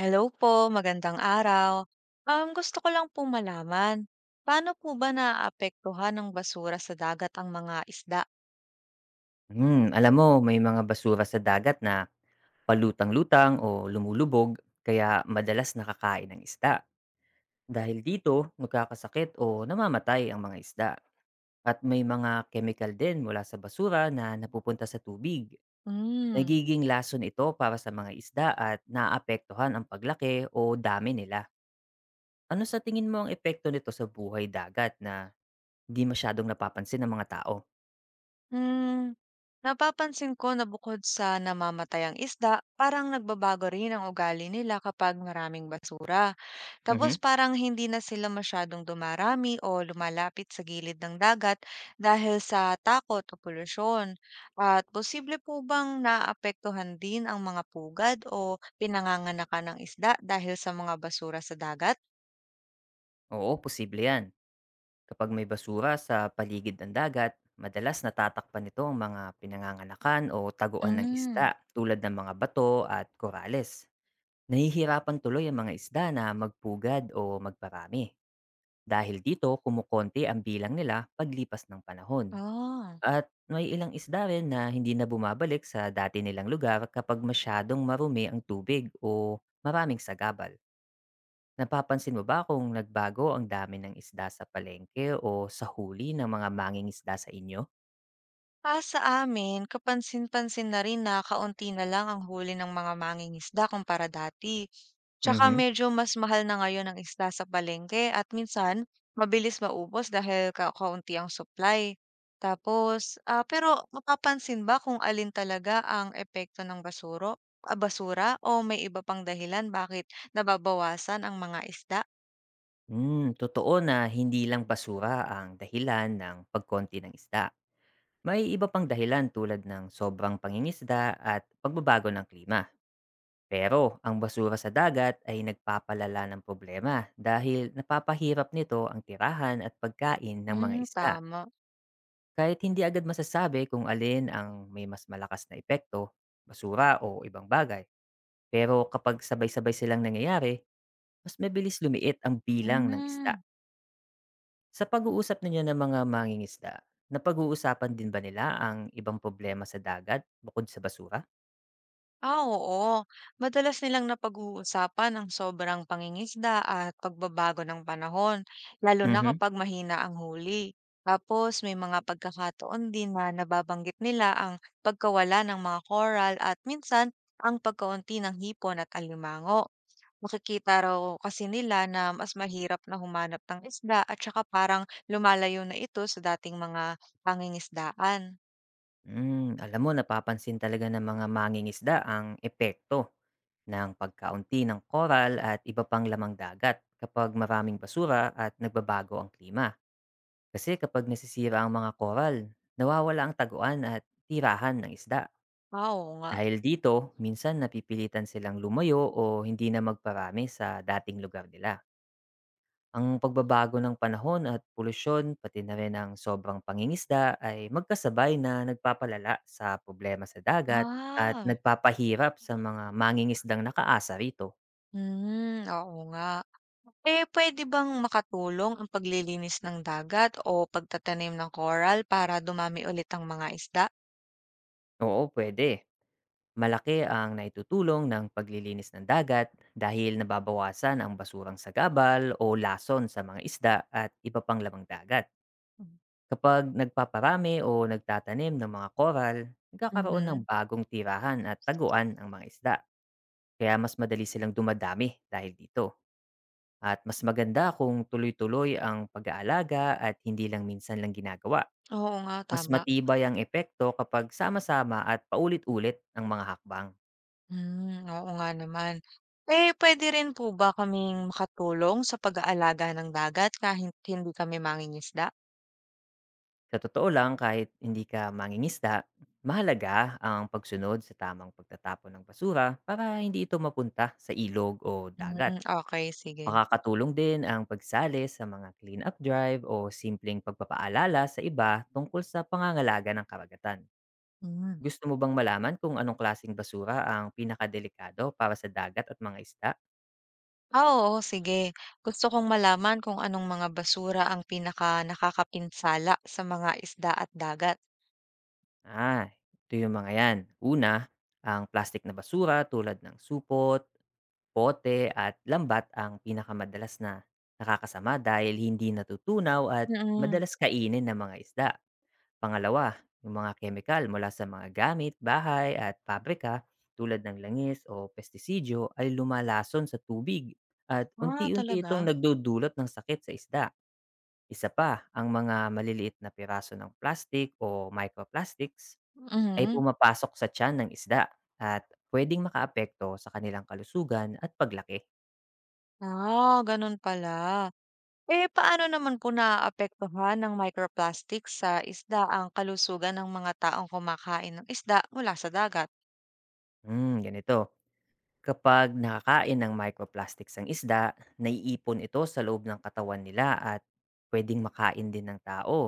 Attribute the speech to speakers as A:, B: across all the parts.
A: Hello po, magandang araw. Gusto ko lang pong malaman, paano po ba naaapektuhan ng basura sa dagat ang mga isda?
B: Hmm, alam mo may mga basura sa dagat na palutang-lutang o lumulubog kaya madalas nakakain ng isda. Dahil dito, nagkakasakit o namamatay ang mga isda. At may mga chemical din mula sa basura na napupunta sa tubig.
A: Hmm.
B: Nagiging lason ito para sa mga isda at naapektuhan ang paglaki o dami nila. Ano sa tingin mo ang epekto nito sa buhay dagat na di masyadong napapansin ng mga tao?
A: Hmm, napapansin ko na bukod sa namamatay ang isda, parang nagbabago rin ang ugali nila kapag maraming basura. Tapos
B: Mhm.
A: parang hindi na sila masyadong dumarami o lumalapit sa gilid ng dagat dahil sa takot o polusyon. At posible po bang naapektuhan din ang mga pugad o pinanganganakan ng isda dahil sa mga basura sa dagat?
B: Oo, posible yan. Kapag may basura sa paligid ng dagat, madalas natatakpan nito ang mga pinangangalakan o taguan ng
A: Hmm,
B: isda tulad ng mga bato at korales. Nahihirapan tuloy ang mga isda na magpugad o magparami. Dahil dito, kumukonti ang bilang nila paglipas ng panahon.
A: oh.
B: At may ilang isda rin na hindi na bumabalik sa dati nilang lugar kapag masyadong marumi ang tubig o maraming sagabal. Napapansin mo ba kung nagbago ang dami ng isda sa palengke o sa huli ng mga mangingisda sa inyo?
A: Ah, sa amin kapansin-pansin na rin na kaunti na lang ang huli ng mga mangingisda kumpara dati. Tsaka
B: Mhm.
A: medyo mas mahal na ngayon ang isda sa palengke at minsan mabilis maubos dahil ka kaunti ang supply. Tapos, pero mapapansin ba kung alin talaga ang epekto ng basura o may iba pang dahilan bakit nababawasan ang mga isda?
B: Hmm, totoo na hindi lang basura ang dahilan ng pagkonti ng isda. May iba pang dahilan tulad ng sobrang pangingisda at pagbabago ng klima. Pero ang basura sa dagat ay nagpapalala ng problema dahil napapahirap nito ang tirahan at pagkain ng mga
A: Hmm,
B: isda.
A: tama.
B: Kahit hindi agad masasabi kung alin ang may mas malakas na epekto, basura o ibang bagay. Pero kapag sabay-sabay silang nangyayari, mas mabilis lumiit ang bilang ng
A: Hmm.
B: isda. Sa pag-uusap ninyo ng mga mangingisda, napag-uusapan din ba nila ang ibang problema sa dagat bukod sa basura?
A: Ah, oo. Madalas nilang napag-uusapan ang sobrang pangingisda at pagbabago ng panahon, lalo na
B: Mhm.
A: kapag mahina ang huli. Tapos may mga pagkakataon din na nababanggit nila ang pagkawala ng mga coral at minsan ang pagkaunti ng hipon at alimango. Makikita raw kasi nila na mas mahirap na humanap ng isda at saka parang lumalayo na ito sa dating mga pangingisdaan.
B: Mm, alam mo, napapansin talaga ng mga mangingisda ang epekto ng pagkaunti ng koral at iba pang lamang dagat kapag maraming basura at nagbabago ang klima. Kasi kapag nasisira ang mga koral, nawawala ang taguan at tirahan ng isda.
A: Ah, oo nga.
B: Dahil dito, minsan napipilitan silang lumayo o hindi na magparami sa dating lugar nila. Ang pagbabago ng panahon at polusyon, pati na rin ang sobrang pangingisda ay magkasabay na nagpapalala sa problema sa dagat at
A: Ah.
B: nagpapahirap sa mga mangingisdang nakaasa rito.
A: Hmm, oo nga. Eh, puwede bang makatulong ang paglilinis ng dagat o pagtatanim ng coral para dumami ulit ang mga isda?
B: Oo, pwede. Malaki ang naitutulong ng paglilinis ng dagat dahil nababawasan ang basurang sagabal o lason sa mga isda at iba pang lamang dagat.
A: Mm.
B: Kapag nagpaparami o nagtatanim ng mga koral, nagkakaroon ng
A: Mhm.
B: bagong tirahan at taguan ang mga isda. Kaya mas madali silang dumadami dahil dito. At mas maganda kung tuloy-tuloy ang pag-aalaga at hindi lang minsan lang ginagawa.
A: Oo nga,
B: Mas
A: tama.
B: matibay ang epekto kapag sama-sama at paulit-ulit ang mga hakbang.
A: Hmm, oo nga naman. Eh, puwede rin po ba kaming makatulong sa pag-aalaga ng dagat kahit hindi kami mangingisda?
B: Sa totoo lang, kahit hindi ka mangingisda, mahalaga ang pagsunod sa tamang pagtatapon ng basura para hindi ito mapunta sa ilog o
A: Hmm,
B: dagat.
A: okay, sige.
B: Makakatulong din ang pagsali sa mga clean-up drive o simpleng pagpapaalala sa iba tungkol sa pangangalaga ng karagatan.
A: Hmm.
B: Gusto mo bang malaman kung anong klaseng basura ang pinakadelikado para sa dagat at mga isda?
A: Ah, oo, sige. Gusto kong malaman kung anong mga basura ang pinaka nakakapinsala sa mga isda at dagat.
B: Ah, ito yung mga yan. Una, ang plastic na basura tulad ng supot, pote at lambat ang pinakamadalas na nakakasama dahil hindi natutunaw at
A: Mm.
B: madalas kainin ng mga isda. Pangalawa, yung mga kemikal mula sa mga gamit, bahay at pabrika tulad ng langis o pestisidyo ay lumalason sa tubig at
A: Ah,
B: unti-unti
A: talaga?
B: itong nagdudulot ng sakit sa isda. Isa pa, ang mga maliliit na piraso ng plastic o microplastics ay
A: Mhm.
B: pumapasok sa tiyan ng isda at pwedeng makaapekto sa kanilang kalusugan at paglaki.
A: Ah, gano'n pala. Eh, paano naman po naaapektuhan ng microplastics sa isda ang kalusugan ng mga taong kumakain ng isda mula sa dagat?
B: Hmm, ganito. Kapag nakakain ng microplastics ang isda, naiipon ito sa loob ng katawan nila at pwedeng makain din ng tao.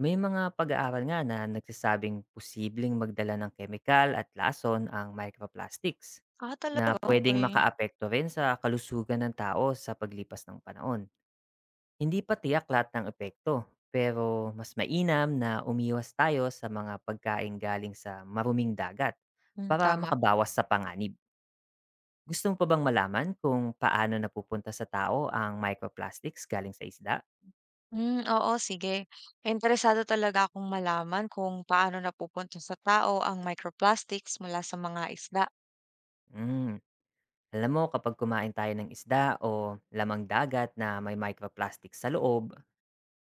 B: May mga pag-aaral nga na nagsasabing posibleng magdala ng kemikal at lason ang microplastics
A: Ah,
B: na
A: talaga?
B: pwedeng
A: Okay.
B: makaapekto rin sa kalusugan ng tao sa paglipas ng panahon. Hindi pa tiyak lahat ng epekto, pero mas mainam na umiwas tayo sa mga pagkain galing sa maruming dagat
A: Hmm,
B: para
A: tama.
B: makabawas sa panganib. Gusto mo pa bang malaman kung paano napupunta sa tao ang microplastics galing sa isda?
A: Hmm, oo, sige. Interesado talaga akong malaman kung paano napupunta sa tao ang microplastics mula sa mga isda.
B: Mm. Alam mo, kapag kumain tayo ng isda o lamang dagat na may microplastics sa loob,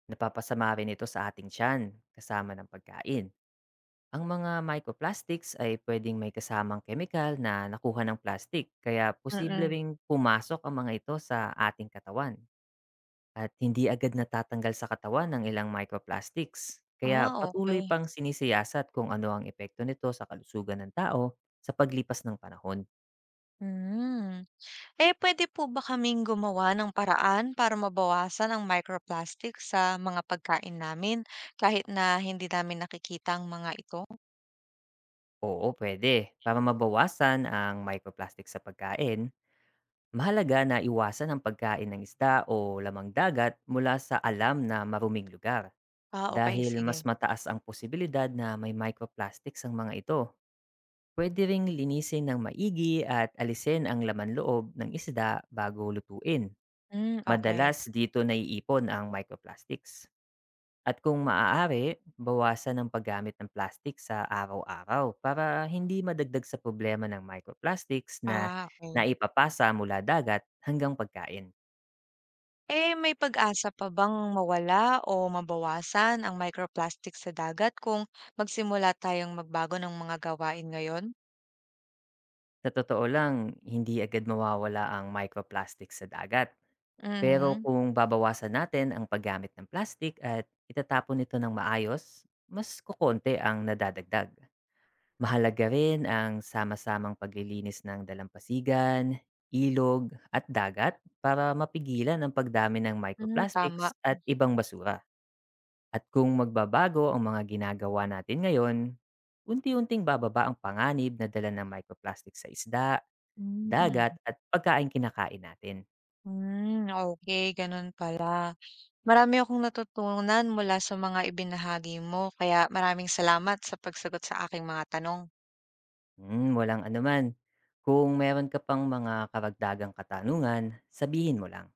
B: napapasama rin ito sa ating tiyan kasama ng pagkain. Ang mga microplastics ay pwedeng may kasamang chemical na nakuha ng plastic, kaya posible
A: Mm.
B: ring pumasok ang mga ito sa ating katawan. At hindi agad natatanggal sa katawan ng ilang microplastics. Kaya
A: Ah,
B: patuloy
A: okay.
B: pang sinisiyasat kung ano ang epekto nito sa kalusugan ng tao sa paglipas ng panahon.
A: Hmm. Eh, puwede po ba kaming gumawa ng paraan para mabawasan ang microplastic sa mga pagkain namin kahit na hindi namin nakikita ang mga ito?
B: Oo, pwede. Para mabawasan ang microplastic sa pagkain, mahalaga na iwasan ang pagkain ng isda o lamang dagat mula sa alam na maruming lugar.
A: Ah, okay,
B: Dahil mas
A: sige.
B: mataas ang posibilidad na may microplastics ang mga ito. Pwede ring linisin ng maigi at alisin ang laman loob ng isda bago lutuin.
A: Hmm, okay.
B: Madalas dito naiipon ang microplastics. At kung maaari, bawasan ang paggamit ng plastic sa araw-araw para hindi madagdag sa problema ng microplastics na
A: Ah, okay.
B: naipapasa mula dagat hanggang pagkain.
A: Eh, may pag-asa pa bang mawala o mabawasan ang microplastic sa dagat kung magsimula tayong magbago ng mga gawain ngayon?
B: Sa totoo lang, hindi agad mawawala ang microplastics sa dagat. Pero
A: Mm-hmm. Mm.
B: kung babawasan natin ang paggamit ng plastic at itatapon ito ng maayos, mas kukonti ang nadadagdag. Mahalaga rin ang sama-samang paglilinis ng dalampasigan, ilog at dagat para mapigilan ang pagdami ng
A: Hmm,
B: microplastics
A: tama.
B: at ibang basura. At kung magbabago ang mga ginagawa natin ngayon, unti-unting bababa ang panganib na dala ng microplastics sa isda,
A: Hmm.
B: dagat at pagkain kinakain natin.
A: Hmm, okay, gano'n pala. Marami akong natutunan mula sa mga ibinahagi mo, kaya maraming salamat sa pagsagot sa aking mga tanong.
B: Hmm, walang anuman. Kung meron ka pang mga karagdagang katanungan, sabihin mo lang.